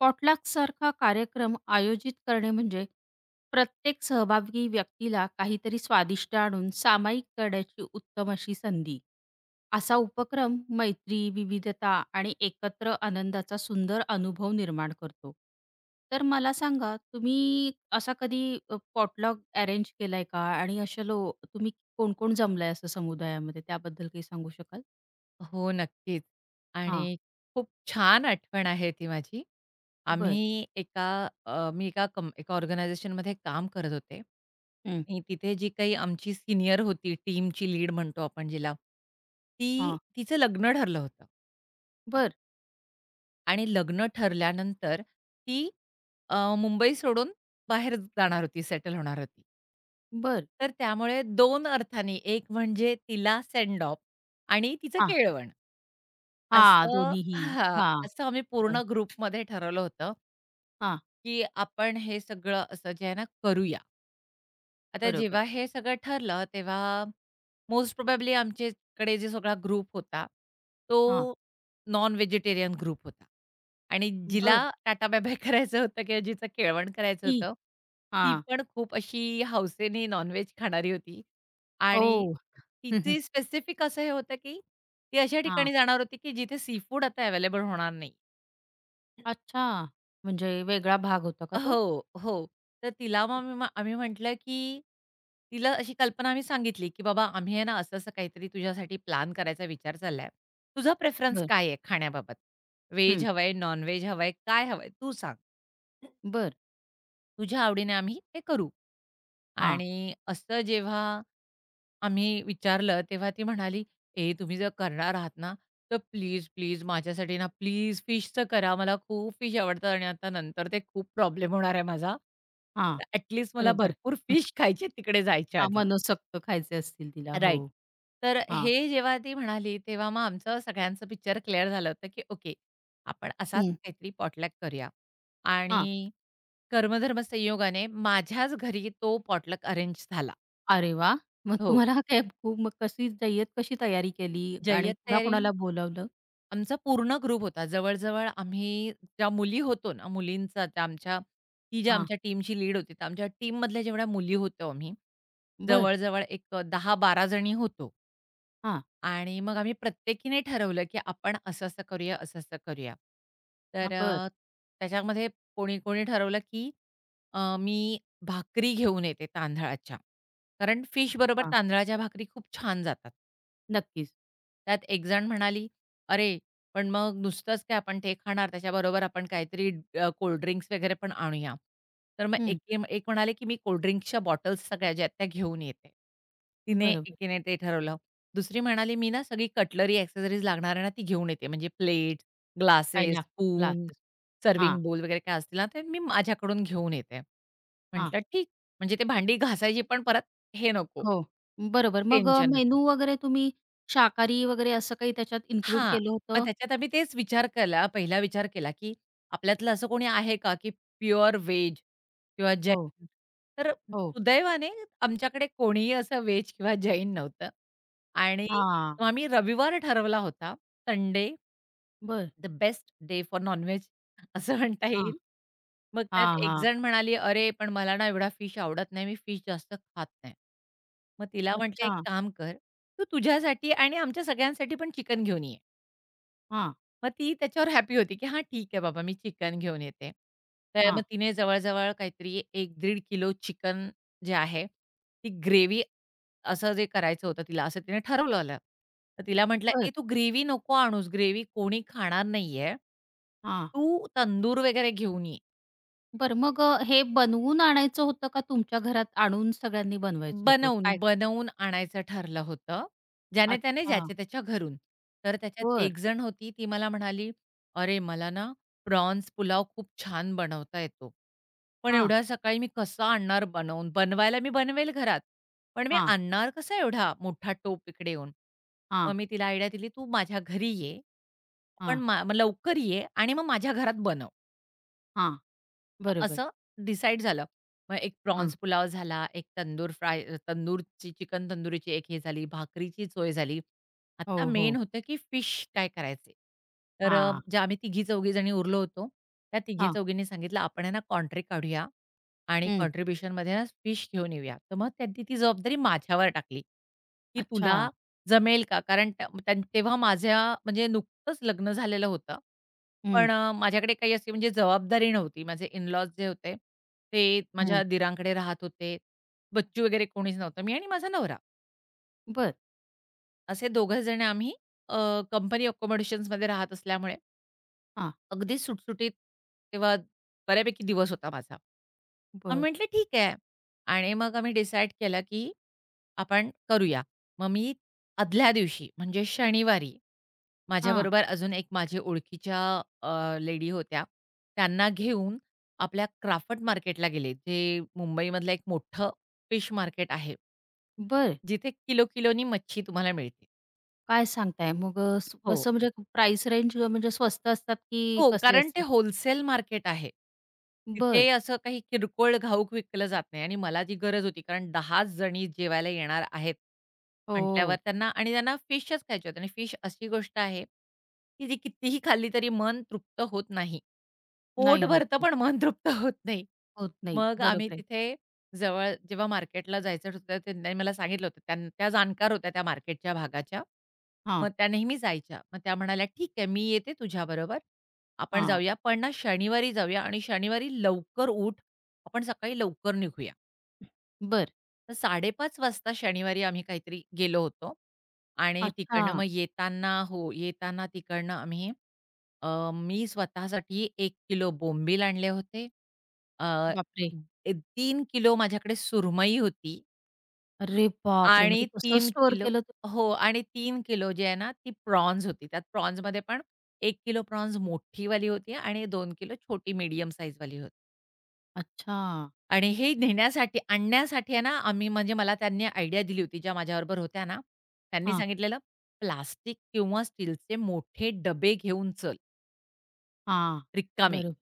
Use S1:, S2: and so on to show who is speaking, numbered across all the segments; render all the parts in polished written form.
S1: पॉटलॅकसारखा कार्यक्रम आयोजित करणे म्हणजे प्रत्येक सहभागी व्यक्तीला काहीतरी स्वादिष्ट आणून सामायिक करण्याची उत्तम अशी संधी. असा उपक्रम मैत्री, विविधता आणि एकत्र आनंदाचा सुंदर अनुभव निर्माण करतो. तर मला सांगा, तुम्ही असा कधी अ, अरेंज केलाय का? आणि अशा लो तुम्ही कोण-कोण जमलाय असं समुदायामध्ये त्याबद्दल काही सांगू शकाल?
S2: हो, नक्कीच.
S1: हां.
S2: आणि खूप छान आठवण आहे ती माझी.
S1: बरं.
S2: आम्ही एका मी एका एका ऑर्गनायझेशनमध्ये काम करत होते
S1: हं.
S2: आणि तिथे जी काही आमची सिनियर होती, टीमची लीड म्हणतो आपण जिला, ती
S1: हां.
S2: तिचं लग्न ठरलं होतं.
S1: बरं,
S2: आणि लग्न ठरल्यानंतर ती मुंबई सोडून बाहेर जाणार होती, सेटल होणार होती.
S1: बरं.
S2: तर त्यामुळे 2 अर्थाने, एक म्हणजे तिला सेंड ऑफ आणि तिचं
S1: हां.
S2: केळवण.
S1: हां,
S2: असं
S1: दोन्हीही.
S2: हां,
S1: हां.
S2: असं आम्ही
S1: बरं.
S2: पूर्ण ग्रुपमध्ये ठरवलं होतं,
S1: हां,
S2: की आपण हे सगळं असं जे आहे ना करूया. आता जेव्हा
S1: बरोबर.
S2: हे सगळं ठरलं, तेव्हा मोस्ट प्रोबॅबली आमच्याकडे जो सगळा ग्रुप होता,
S1: हां.
S2: तो नॉन व्हेजिटेरियन ग्रुप होता. आणि जिला
S1: बरं.
S2: टाटा बाय-बाय करायचं होतं किंवा जिचं केळवण करायचं
S1: ती
S2: होतं, ती
S1: हां.
S2: पण खूप अशी हौसेने नॉन-व्हेज खाणारी होती. आणि
S1: ओह! हं, हं.
S2: तिची स्पेसिफिक असं हे होतं, की ती अशा
S1: हां.
S2: ठिकाणी जाणार होती, की जिथे सी फूड आता अवेलेबल होणार नाही.
S1: अच्छा! म्हणजे वेगळा भाग होता का तो?
S2: हो, हो. तर तिला मग आम्ही म्हटलं, की तिला अशी कल्पना आम्ही सांगितली, की "बाबा आम्ही आहे ना असं-असं काहीतरी तुझ्यासाठी प्लॅन करायचा विचार चाललाय. तुझा प्रेफरन्स
S1: बरं.
S2: काय आहे खाण्याबाबत? व्हेज
S1: हं.
S2: हवंय, नॉन-व्हेज हवंय, काय हवंय तू सांग.
S1: बरं.
S2: तुझ्या आवडीने आम्ही ते करू."
S1: हां,
S2: आणि असं जेव्हा आम्ही विचारलं तेव्हा ती म्हणाली, "ए, तुम्ही जर करणार आहात ना, तर प्लीज, प्लीज माझ्यासाठी ना प्लीज फिशचं करा. मला खूप फिश आवडतं आणि आता नंतर ते खूप प्रॉब्लेम होणार आहे माझा.
S1: हां.
S2: तर ॲटलीस्ट मला
S1: बरोबर.
S2: भरपूर फिश खायची तिकडे जायच्या
S1: हां,
S2: आधी."
S1: मनसोक्त खायचे असतील तिला. हो.
S2: राइट. तर
S1: हां.
S2: हे जेव्हा ती म्हणाली, तेव्हा मग आमचं सगळ्यांचं पिक्चर क्लिअर झालं होतं, की ओके, आपण असाच
S1: हं.
S2: काहीतरी पॉटलॅक करूया.
S1: हां.
S2: आणि कर्मधर्म संयोगाने माझ्याच घरी तो पॉटलक अरेंज झाला.
S1: अरे वाह! मग
S2: हो.
S1: तुम्हाला काय खूप मग कशी जय्यत कशी तयारी केली आणि
S2: जय्यत तयारी
S1: कुणाकुणाला बोलावलं?
S2: आमचा पूर्ण ग्रुप होता. जवळ-जवळ आम्ही ज्या मुली होतो ना, मुलींचा त्या आमच्या ती जी
S1: हां.
S2: आमच्या टीमची लीड होती, तर आमच्या टीममधल्या जेवढ्या मुली होतो आम्ही,
S1: बरं.
S2: जवळ एक 10 जणी होतो.
S1: हां.
S2: आणि मग आम्ही प्रत्येकीने ठरवलं, की आपण असं-असं करूया, असं-असं करूया. तर
S1: हां. बरं.
S2: अ, त्याच्यामध्ये कोणी-कोणी ठरवलं, की मी भाकरी घेऊन येते तांदळाच्या. कारण फिशबरोबर
S1: हां.
S2: तांदळाच्या भाकरी खूप छान जातात.
S1: नक्कीच.
S2: त्यात एक जण म्हणाली, "अरे, पण मग नुसतंच काय आपण ते खाणार, त्याच्याबरोबर आपण काहीतरी कोल्ड ड्रिंक्स वगैरे पण आणूया." तर मग
S1: हं.
S2: एक म्हणाले, की "मी कोल्ड ड्रिंक्सच्या बॉटल्स सगळ्या ज्या आहेत त्या घेऊन येते." तिने
S1: बरोबर.
S2: एकीने ते ठरवलं. दुसरी म्हणाली, "मी ना सगळी कटलरी, एक्सेसरीज लागणार आहे ना, ती घेऊन येते. म्हणजे प्लेट,
S1: काय
S2: ग्लासेस,
S1: लाग
S2: स्पून,
S1: क्लासेस. हां,
S2: सर्व्हिंग बोल वगैरे काय असतील ना, ते मी माझ्याकडून घेऊन येते."
S1: हां.
S2: म्हटलं, "ठीक." म्हणजे ते भांडी घासायची पण परत हे नको,
S1: हो. बरोबर. मग
S2: टेन्शन
S1: मेनू
S2: नको.
S1: वगैरे तुम्ही शाकाहारी वगैरे असं काही त्याच्यात इन्क्लूड
S2: हां.
S1: केलं
S2: मग
S1: होतं?
S2: त्याच्यात आम्ही तेच विचार केला, पहिला विचार केला, की आपल्यातलं असं कोणी आहे का, की प्युअर व्हेज किंवा
S1: हो,
S2: जैन? तर
S1: हो.
S2: सुदैवाने आमच्याकडे कोणीही असं व्हेज किंवा जैन नव्हतं. आणि
S1: हां.
S2: मग आम्ही रविवार ठरवला होता. संडे
S1: बरं.
S2: The best day for non veg असं म्हणता
S1: हां,
S2: येईल. मग त्यात
S1: हां,
S2: एक
S1: हां.
S2: जण म्हणाली, "अरे, पण मला ना एवढा फिश आवडत नाही. मी फिश जास्त खात नाही." मग तिला म्हटलं, "एक
S1: अच्छा.
S2: काम कर, तू तुझ्यासाठी आणि आमच्या सगळ्यांसाठी पण चिकन घेऊन ये."
S1: हां,
S2: मग ती त्याच्यावर हॅपी होती, की "हां, ठीक आहे बाबा, मी चिकन घेऊन येते." तर मग
S1: हां.
S2: तिने जवळ-जवळ काहीतरी 1-1.5 किलो चिकन जे आहे, ती ग्रेव्ही असं जे करायचं होतं तिला, असं तिने ठरवलेलं. तर तिला म्हटलं,
S1: बरं.
S2: "ए, तू ग्रेव्ही नको आणूस, ग्रेव्ही कोणी खाणार नाहीये.
S1: हां.
S2: तू तंदूर वगैरे घेऊन ये."
S1: बरं मग हे बनवून आणायचं होतं का तुमच्या घरात आणून सगळ्यांनी बनवायचं होतं? काय?
S2: बनवून आणायचं ठरलं होतं. ज्याने त्याने,
S1: अच्छा.
S2: ज्याच्या त्याच्या घरून. तर त्याच्यात
S1: बरं.
S2: एक जण होती ती मला म्हणाली, "अरे मला ना प्रॉन्स पुलाव खूप छान बनवता येतो. पण
S1: हां,
S2: एवढ्या सकाळी मी कसा आणणार बनवून? बनवायला मी बनवेल घरात, पण मी
S1: हां,
S2: आणणार कसा एवढा मोठा टोप इकडे येऊन?" मग
S1: हां,
S2: मी तिला आयडिया दिली, "तू माझ्या घरी ये, पण
S1: हां,
S2: मग लवकर ये आणि मग माझ्या घरात बनव."
S1: हां. बरोबर.
S2: असं डिसाईड झालं. मग एक
S1: हां.
S2: प्रॉन्स पुलाव झाला, एक तंदूर फ्राय अ, तंदूरची चिकन तंदुरीची एक हे झाली, भाकरीची सोय झाली. आता
S1: हो,
S2: मेन
S1: हो.
S2: होतं की फिश काय करायचे?
S1: हां,
S2: ज्या आम्ही तिघी-चौघी जणी उरलो होतो, त्या
S1: हां.
S2: तिघी-चौघींनी सांगितलं, "आपण आहे ना कॉन्ट्री काढूया आणि
S1: हं.
S2: कॉन्ट्रिब्युशनमध्ये ना फिश घेऊन येऊया." तर मग त्यांनी ती जबाबदारी माझ्यावर टाकली, की
S1: अच्छा.
S2: "तुला जमेल का? कारण त्या त्यां तेव्हा म्हणजे नुकतंच लग्न झालेलं होतं.
S1: हं,
S2: पण माझ्याकडे काही अशी म्हणजे जबाबदारी नव्हती. माझे इन जे होते, ते
S1: हं.
S2: माझ्या दिरांकडे राहत होते. बच्चू वगैरे कोणीच नव्हतं. मी आणि माझा नवरा
S1: बरं.
S2: असे दोघं जण आम्ही अ, कंपनी अकोमोडेशन्समध्ये राहत असल्यामुळे
S1: हां.
S2: अगदी सुटसुटीत तेव्हा बऱ्यापैकी दिवस होता माझा. आम्ही
S1: बरं.
S2: म्हटलं, "ठीक आहे." आणि मग आम्ही डिसाईड केलं, की आपण करूया. मग मी आदल्या दिवशी म्हणजे शनिवारी
S1: हां.
S2: माझ्याबरोबर अजून एक माझी ओळखीच्या लेडी होत्या. त्यांना घेऊन आपल्या क्राफ्ट मार्केटला गेले, जे मुंबईमधलं एक मोठं फिश मार्केट आहे.
S1: बरं.
S2: जिथे किलो-किलोनी मच्छी तुम्हाला मिळते.
S1: काय सांगताय? मग स
S2: हो.
S1: कसं म्हणजे प्राईस रेंज म्हणजे स्वस्त असतात की
S2: हो,
S1: कसे
S2: कारण ते
S1: असतात?
S2: होलसेल मार्केट आहे.
S1: बरं.
S2: तिथे असं काही किरकोळ घाऊक विकलं जात नाही आणि मला जी गरज होती कारण 10 जणी जेवायला येणार आहेत म्हटल्यावर
S1: हो.
S2: त्यांना आणि त्यांना फिशच खायची होती आणि फिश अशी गोष्ट आहे, की जी कितीही खाल्ली तरी मन तृप्त होत नाही.
S1: नाही
S2: पोट
S1: होत,
S2: भरतं
S1: होत.
S2: पण मन तृप्त होत नाही.
S1: होत नाही.
S2: मग आम्ही
S1: बरोबर आहे.
S2: तिथे जवळ जेव्हा मार्केटला जायचं होतं त्यांनी मला सांगितलं होतं. त्या जाणकार होत्या त्या मार्केटच्या भागाच्या.
S1: हां,
S2: मग त्या नेहमी जायच्या. मग त्या म्हणाल्या, "ठीक आहे, मी येते तुझ्याबरोबर. आपण
S1: हां.
S2: जाऊया पण ना शनिवारी जाऊया आणि शनिवारी लवकर उठ. आपण सकाळी लवकर निघूया."
S1: बरं.
S2: तर 5:30 वाजता शनिवारी आम्ही काहीतरी गेलो होतो आणि
S1: अच्छा.
S2: तिकडनं मग येताना हो, येताना तिकडनं आम्ही मी स्वतःसाठी 1 किलो बोंबील आणले होते. अ,
S1: बापरे!
S2: ए 3 किलो माझ्याकडे सुरमई होती
S1: अरे बापरे! मग
S2: आणि
S1: ते कसं
S2: 3
S1: स्टोअर
S2: किलो
S1: केलं ते?
S2: हो आणि 3 किलो जे आहे ना, ती प्रॉन्स होती. त्यात प्रॉन्समध्ये पण एक किलो प्रॉन्स मोठीवाली होती आणि 2 किलो छोटी मीडियम साइजवाली होती.
S1: अच्छा.
S2: आणि हे नेण्यासाठी आणण्यासाठी आहे ना, आम्ही म्हणजे मला त्यांनी आयडिया दिली होती, ज्या माझ्याबरोबर होत्या ना, त्यांनी
S1: हां,
S2: सांगितलेलं, "प्लास्टिक किंवा स्टीलचे मोठे डबे घेऊन चल,
S1: हां.
S2: रिकामे."
S1: बरोबर.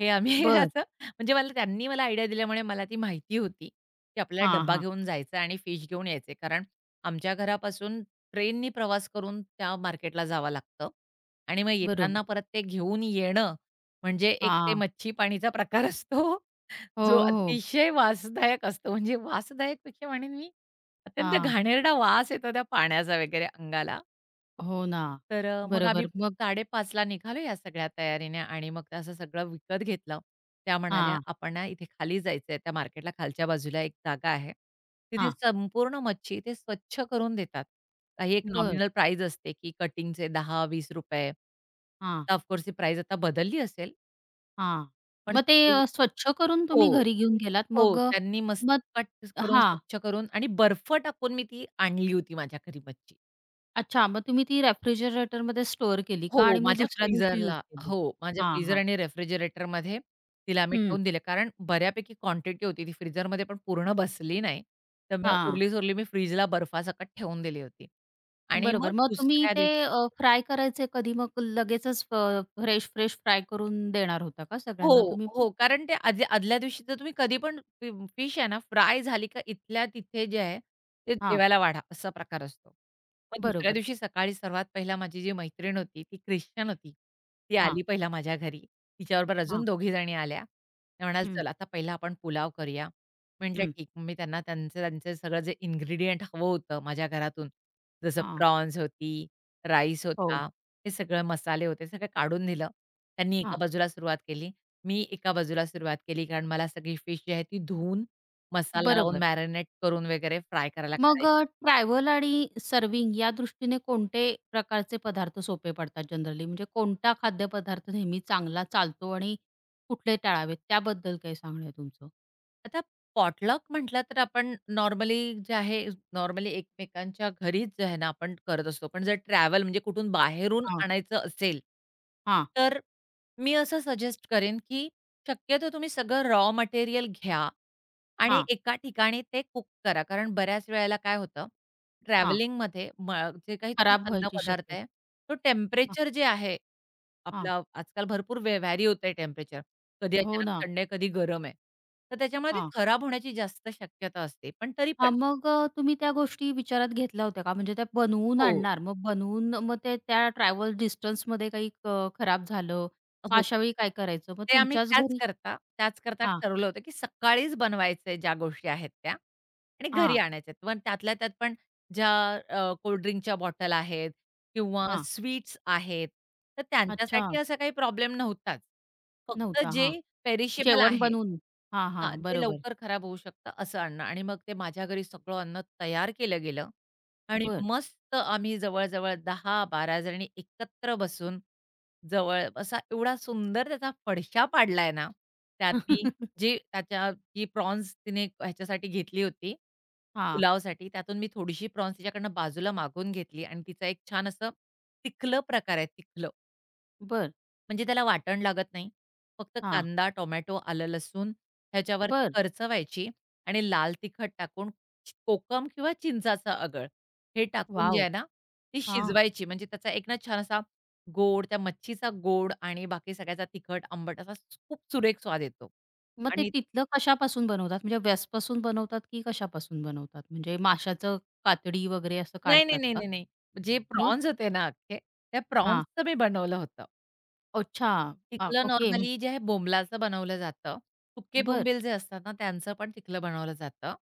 S2: हे आम्ही
S1: बरं.
S2: असं म्हणजे मला आयडिया दिल्यामुळे मला ती माहिती होती, की आपल्याला
S1: हां,
S2: डब्बा
S1: हां.
S2: घेऊन जायचा आणि फिश घेऊन यायचे. कारण आमच्या घरापासून ट्रेननी प्रवास करून त्या मार्केटला जावं लागतं आणि मग
S1: बरोबर.
S2: येताना परत ते घेऊन येणं म्हणजे एक ते
S1: हां.
S2: मच्छी पाणीचा प्रकार असतो,
S1: हो,
S2: जो
S1: हो.
S2: अतिशय वासदायक असतो. म्हणजे वासदायकपेक्षा म्हणेन मी, अत्यंत
S1: हां.
S2: घाणेरडा वास येतो त्या पाण्याचा वगैरे अंगाला.
S1: हो ना.
S2: मग आम्ही
S1: बरोबर. मग
S2: 5:30 ला निघालो या सगळ्या तयारीने आणि मग असं सगळं विकत घेतलं. त्या म्हणाल्या,
S1: हां,
S2: "आपण ना इथे खाली जायचंय, त्या मार्केटला खालच्या बाजूला एक जागा आहे. तिथे
S1: हां.
S2: संपूर्ण मच्छी ते स्वच्छ करून देतात." काही एक
S1: बरं.
S2: नॉमिनल प्राईज असते, की कटिंगचे ₹10-20.
S1: हां.
S2: आता ऑफकोर्स ही प्राईज आता बदलली असेल,
S1: हां.
S2: पण
S1: मग ते
S2: सगळी
S1: स्वच्छ करून
S2: हो,
S1: तुम्ही घरी घेऊन गेलात.
S2: हो.
S1: मग
S2: त्यांनी मस्त
S1: मग
S2: कट करून
S1: हां.
S2: स्वच्छ करून आणि बर्फ टाकून मी ती आणली होती माझ्या घरी मच्छी.
S1: अच्छा. मग तुम्ही ती रेफ्रिजरेटरमध्ये स्टोअर केली का?
S2: हो,
S1: आणि मग
S2: माझ्या
S1: दुसऱ्या दिवशी यूज
S2: फ्रीझरला
S1: केली?
S2: हो, माझ्या
S1: हां,
S2: फ्रीझर
S1: हां.
S2: आणि रेफ्रिजरेटरमध्ये तिला आम्ही
S1: हं.
S2: ठेवून दिले. कारण बऱ्यापैकी क्वांटिटी होती. ती फ्रीझरमध्ये पण पूर्ण बसली नाही. तर मग
S1: हां.
S2: उरली-सुरली मी फ्रीजला बर्फासकट ठेवून दिली होती आणि मग
S1: बरोबर. मग तुम्ही
S2: दुसऱ्या
S1: ते
S2: दिवशी
S1: फ्राय करायचे कधी मग लगेचच फ्रेश-फ्रेश फ्राय करून देणार होता का
S2: हो,
S1: सगळ्यांना तुम्ही?
S2: हो. कारण ते आदल्या आदल्या दिवशी जर तुम्ही कधी पण फिश आहे ना, फ्राय झाली का इथल्या तिथे जे आहे, ते
S1: हां.
S2: जेवायला वाढा असा प्रकार असतो. मग दुसऱ्या
S1: बरोबर.
S2: दिवशी सकाळी सर्वात पहिला माझी जी मैत्रीण होती, ती ख्रिश्चन होती. ती
S1: हां,
S2: आली पहिला माझ्या घरी. तिच्याबरोबर अजून
S1: हां.
S2: दोघी जणी आल्या. त्या म्हणाल्या,
S1: हं,
S2: "चल आता पहिला आपण पुलाव करूया." म्हटलं,
S1: हं.
S2: "ठीक." मग मी त्यांना त्यांचं त्यांचं सगळं जे इन्ग्रीडियंट हवं होतं माझ्या घरातून, जसं
S1: हां.
S2: प्रॉन्स होती, राईस
S1: हो.
S2: होता, हे सगळं मसाले होते, सगळं काढून दिलं. त्यांनी एका
S1: हां.
S2: बाजूला सुरुवात केली. मी एका बाजूला सुरुवात केली, कारण मला सगळी फिश जी आहे ती धुवून, मसाला लावून,
S1: बरोबर.
S2: मॅरिनेट करून वगैरे फ्राय करायला
S1: मग
S2: काढायची.
S1: ट्रॅव्हल आणि सर्व्हिंग या दृष्टीने कोणते प्रकारचे पदार्थ सोपे पडतात जनरली? म्हणजे कोणता खाद्यपदार्थ नेहमी चांगला चालतो आणि कुठले टाळावेत? त्याबद्दल काय सांगणं आहे तुमचं?
S2: आता पॉटलक म्हटलं तर आपण नॉर्मली जे आहे, एकमेकांच्या घरीच जे आहे ना, आपण करत असतो. पण जर ट्रॅव्हल म्हणजे कुठून बाहेरून
S1: हां,
S2: आणायचं असेल,
S1: हां,
S2: तर मी असं सजेस्ट करेन, की शक्यतो तुम्ही सगळं रॉ मटेरियल घ्या आणि
S1: हां,
S2: एका ठिकाणी ते कुक करा. कारण बऱ्याच वेळेला काय होतं,
S1: हां.
S2: ट्रॅव्हलिंगमध्ये जे काही तुम्ही
S1: खराब व्हायची
S2: अन्नपदार्थ
S1: शक्यता.
S2: आहे, तो
S1: हां,
S2: टेम्परेचर जे आहे
S1: हां.
S2: आपलं आजकाल भरपूर व्हॅरी होतंय टेम्परेचर. कधी
S1: हो
S2: अचानक
S1: ना.
S2: थंड आहे, कधी गरम आहे. तर त्याच्यामुळे ते
S1: हां.
S2: खराब होण्याची जास्त शक्यता असते. पण तरी
S1: हां,
S2: पण
S1: मग तुम्ही त्या गोष्टी विचारात घेतल्या होत्या का? म्हणजे त्या बनवून
S2: हो,
S1: आणणार, मग बनवून मग ते त्या ट्रॅव्हल डिस्टन्समध्ये काही खराब झालं, मग
S2: हो.
S1: अशावेळी काय करायचं? मग
S2: ते आम्ही
S1: तुमच्याच घरी
S2: त्याच करता
S1: हां,
S2: ठरवलं होतं, की सकाळीच बनवायचे ज्या गोष्टी आहेत त्या आणि घरी
S1: हां,
S2: आणायच्या आहेत. पण त्यातल्या त्यात पण ज्या अ, बॉटल आहेत किंवा
S1: हां.
S2: स्वीट्स आहेत, तर
S1: अच्छा.
S2: त्यांच्यासाठी असा काही प्रॉब्लेम नव्हताच. फक्त
S1: नव्हता.
S2: जे
S1: हां.
S2: पेरिशेबल
S1: जेवण
S2: आहे.
S1: बनवून हां,
S2: हां,
S1: हां.
S2: जे
S1: बरोबर.
S2: लवकर खराब होऊ शकतं असं अन्न आणि मग ते माझ्या घरी सगळं अन्न तयार केलं गेलं आणि
S1: बरं.
S2: मस्त आम्ही जवळ-जवळ 10-12 जणी एकत्र बसून जवळ असा एवढा सुंदर त्याचा फडशा पाडलाय ना, त्यात मी जी त्याच्या जी प्रॉन्स तिने ह्याच्यासाठी घेतली होती,
S1: हां.
S2: पुलावसाठी त्यातून मी थोडीशी प्रॉन्स तिच्याकडनं बाजूला मागवून घेतली आणि तिचं एक छान असं तिखलं प्रकार आहे तिखलं.
S1: बरं.
S2: म्हणजे त्याला वाटण लागत नाही. फक्त
S1: हां.
S2: कांदा, टोमॅटो, आलं, लसूण ह्याच्यावरती
S1: बरं.
S2: करचवायची आणि लाल तिखट टाकून कोकम किंवा चिंचाचा अगळ हे टाकून जे
S1: वॉव!
S2: आहे ना, ती
S1: हां.
S2: शिजवायची. म्हणजे त्याचा एक ना छान असा गोड, त्या मच्छीचा गोड आणि बाकी सगळ्याचा तिखट, आंबट असा खूप सुरेख स्वाद येतो.
S1: मग ते
S2: आणि
S1: तिथलं कशापासून बनवतात? म्हणजे व्यासपासून बनवतात की कशापासून बनवतात? म्हणजे माशाचं कातडी वगैरे असं काढतात का?
S2: नाही. जे
S1: मग?
S2: प्रॉन्स होते ना अख्खे, त्या
S1: हां.
S2: प्रॉन्सचं मी बनवलं होतं.
S1: अच्छा.
S2: पिकलं
S1: ओके.
S2: नॉर्मली
S1: म्हणजे
S2: जे आहे बोंबलाचं बनवलं जातं. सुके
S1: बरं.
S2: बोंबील जे असतात ना, त्यांचं पण पिकलं बनवलं जातं.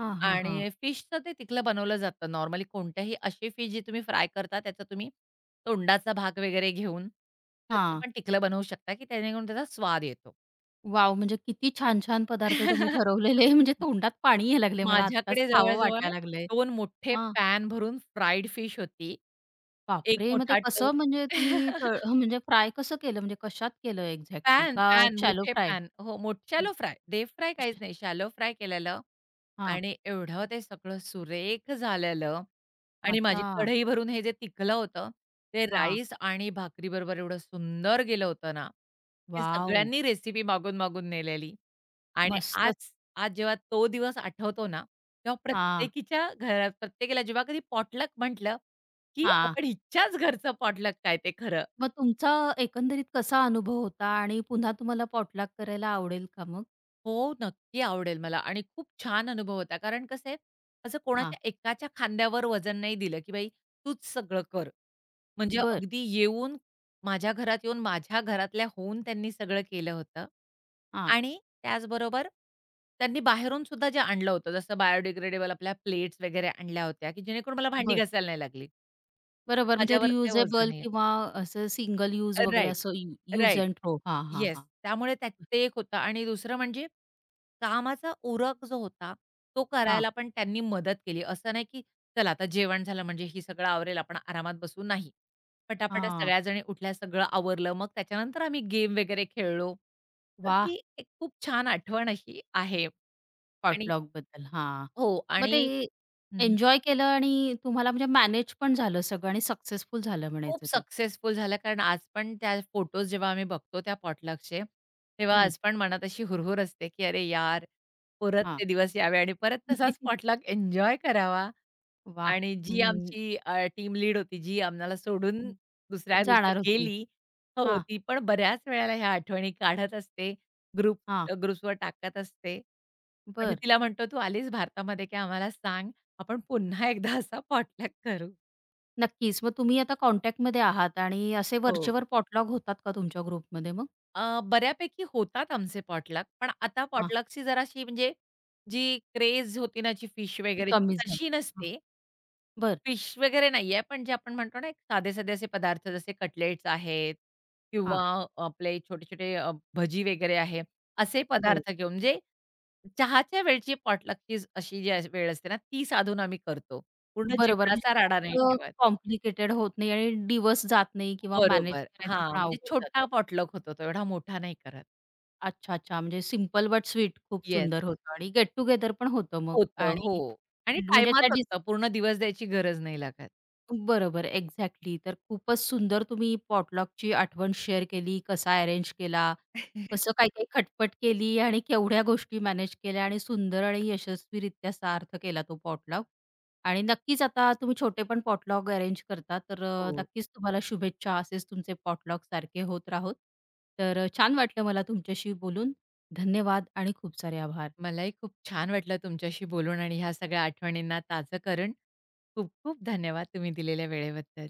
S1: हां, हां, हां.
S2: आणि फिशचं ते पिकलं बनवलं जातं. नॉर्मली कोणत्याही अशी फिश जी तुम्ही फ्राय करता, त्याचा तुम्ही तोंडाचा भाग वगैरे घेऊन त्याचं
S1: हां.
S2: पण पिकलं बनवू शकता, की त्यानेकरून त्याचा स्वाद येतो.
S1: वॉव! म्हणजे किती छान-छान पदार्थ तुम्ही ठरवलेले म्हणजे तोंडात पाणी यायला लागले मला आत्ताच
S2: माझ्याकडे
S1: खावं
S2: जवळ-जवळ
S1: वाटायला लागलंय.
S2: दोन मोठे पॅन भरून फ्राईड फिश होती. एक
S1: बापरे! मग ते
S2: मोठा
S1: कसं
S2: टोप
S1: म्हणजे तुम्ही तळ म्हणजे फ्राय कसं केलं? म्हणजे कशात केलं एक्झॅक्टली
S2: पॅन,
S1: का
S2: पॅन
S1: शॅलो
S2: मोठे
S1: फ्राय?
S2: पॅन. हो,
S1: हं,
S2: शॅलो फ्राय. डीप फ्राय काहीच
S1: अच्छा.
S2: नाही. शॅलो फ्राय केलेलं
S1: हां.
S2: आणि एवढं ते सगळं सुरेख झालेलं आणि माझी
S1: अच्छा.
S2: कढई भरून हे जे तिखलं होतं, ते
S1: हां.
S2: राईस आणि भाकरीबरोबर एवढं सुंदर गेलं होतं ना, की
S1: वॉव!
S2: सगळ्यांनी रेसिपी मागून-मागून नेलेली आणि
S1: मस्तच.
S2: आज आज जेव्हा तो दिवस आठवतो ना, तेव्हा
S1: हां,
S2: प्रत्येकीच्या घरात प्रत्येकाला जेव्हा कधी पॉटलक म्हटलं, की
S1: हां.
S2: आपण हिच्याच घरचं पॉटलक काय ते खरं.
S1: मग तुमचा एकंदरीत कसा अनुभव होता आणि पुन्हा तुम्हाला पॉटलॅक करायला आवडेल का मग?
S2: हो, नक्की आवडेल मला आणि खूप छान अनुभव होता. कारण कसं आहे, असं
S1: हां.
S2: कोणाच्या एकाच्या खांद्यावर वजन नाही दिलं, की "बाई तूच सगळं कर." म्हणजे
S1: बरं.
S2: अगदी येऊन माझ्या घरात येऊन, माझ्या घरातल्या होऊन त्यांनी सगळं केलं होतं
S1: हां.
S2: आणि त्याचबरोबर त्यांनी बाहेरून सुद्धा जे आणलं होतं, जसं बायोडिग्रेडेबल आपल्या प्लेट्स वगैरे आणल्या होत्या, की जेणेकरून मला भांडी
S1: बरं.
S2: घासायला नाही लागली.
S1: बरोबर म्हणजे
S2: माझ्यावर काही वजन
S1: रियुजेबल
S2: नाहीये.
S1: किंवा असं सिंगल यूज वगैरे
S2: राइट,
S1: असं यूज
S2: राइट.
S1: And throw. हां, हां,
S2: येस.
S1: हां.
S2: त्यामुळे त्या ते एक होतं आणि दुसरं म्हणजे कामाचा उरक जो होता, तो
S1: हां,
S2: करायला पण त्यांनी मदत केली. असं नाही की चला आता जेवण झालं म्हणजे ही सगळं आवरेल, आपण आरामात बसू, नाही. पटापट
S1: हां.
S2: सगळ्याजणी उठल्या, सगळं आवरलं. मग त्याच्यानंतर आम्ही गेम वगैरे खेळलो. तर
S1: वाह!
S2: ती एक खूप छान आठवण अशी आहे. आणि
S1: पॉटलॉकबद्दल. हां.
S2: हो
S1: मग
S2: आणि
S1: ते एन्जॉय केलं आणि तुम्हाला म्हणजे मॅनेज पण झालं सगळं आणि सक्सेसफुल झालं
S2: खूप
S1: म्हणायचं ते.
S2: सक्सेसफुल झालं. कारण आज पण त्या फोटोज जेव्हा आम्ही बघतो त्या पॉटलकचे, तेव्हा
S1: हं.
S2: आज पण मनात अशी हुरहूर असते, की "अरे यार, परत
S1: हां.
S2: ते दिवस यावे आणि परत
S1: वाह!
S2: तसाच पॉटलक एन्जॉय करावा." आणि जी
S1: म्हण
S2: आमची टीम लीड होती, जी आम्हाला सोडून दुसऱ्या देशात
S1: जाणार होती.
S2: गेली हो,
S1: हां,
S2: ती पण बऱ्याच वेळेला ह्या आठवणी काढत असते. ग्रुप
S1: हां.
S2: ग्रुप्सवर टाकत असते आणि
S1: बरं.
S2: तिला म्हणतो, "तू आलीस भारतामध्ये की आम्हाला सांग, आपण पुन्हा एकदा असा पॉटलक करू."
S1: नक्कीच. मग तुम्ही आता कॉन्टॅक्टमध्ये आहात आणि असे
S2: हो.
S1: वरचेवर पॉटलॉक होतात का तुमच्या ग्रुपमध्ये मग?
S2: बऱ्यापैकी होतात आमचे पॉटलक, पण आता
S1: हां.
S2: पॉटलकची जराशी म्हणजे जी क्रेज होती ना, जी फिश
S1: ती
S2: वगैरेची
S1: कमी
S2: तशी
S1: झाली. हां.
S2: नसते.
S1: बरं.
S2: फिश वगैरे नाहीये, पण जे आपण म्हणतो ना, एक साधे-साधे असे पदार्थ जसे कटलेट्स आहेत
S1: हां.
S2: किंवा आपले छोटे-छोटे भजी वगैरे आहे, असे
S1: हो.
S2: पदार्थ घेऊन म्हणजे चहाच्या वेळची पॉटलकची अशी वेळ असते ना, ती साधून आम्ही करतो. पूर्ण
S1: बरोबर.
S2: जेवणाचा राडा नाही
S1: म्हणजे
S2: ठेवत.
S1: कॉम्प्लिकेटेड होत नाही आणि दिवस जात नाही किंवा मॅनेज
S2: बरोबर.
S1: करायचं
S2: हां,
S1: पण
S2: म्हणजे
S1: अवघड
S2: छोटा
S1: जातं.
S2: पॉटलक होतो तो, एवढा मोठा नाही करत.
S1: अच्छा, अच्छा. म्हणजे सिंपल बट स्वीट खूप
S2: येस.
S1: सुंदर होतं आणि गेट टुगेदर पण होतं मग
S2: होतं,
S1: आणि
S2: हो. आणि
S1: म्हणजे त्या
S2: टाईमात
S1: डिस
S2: होतं. पूर्ण दिवस द्यायची गरज नाही लागत.
S1: बरोबर, एक्झॅक्टली. तर खूपच सुंदर तुम्ही पॉटलॉकची आठवण शेअर केली, कसा अरेंज केला, कसं काही-काही खटपट केली आणि केवढ्या गोष्टी मॅनेज केल्या आणि सुंदर आणि यशस्वीरित्या सार्थ केला तो पॉटलॉक. आणि नक्कीच आता तुम्ही छोटे पण पॉटलॉक अरेंज करता, तर
S2: हो.
S1: नक्कीच तुम्हाला शुभेच्छा. असेच तुमचे पॉटलॉक सारखे होत राहोत. तर छान वाटलं मला तुमच्याशी बोलून. धन्यवाद आणि खूप सारे आभार.
S2: मलाही खूप छान वाटलं तुमच्याशी बोलून आणि ह्या सगळ्या आठवणींना ताजं करून खूप खूप धन्यवाद तुम्ही दिलेल्या वेळेबद्दल.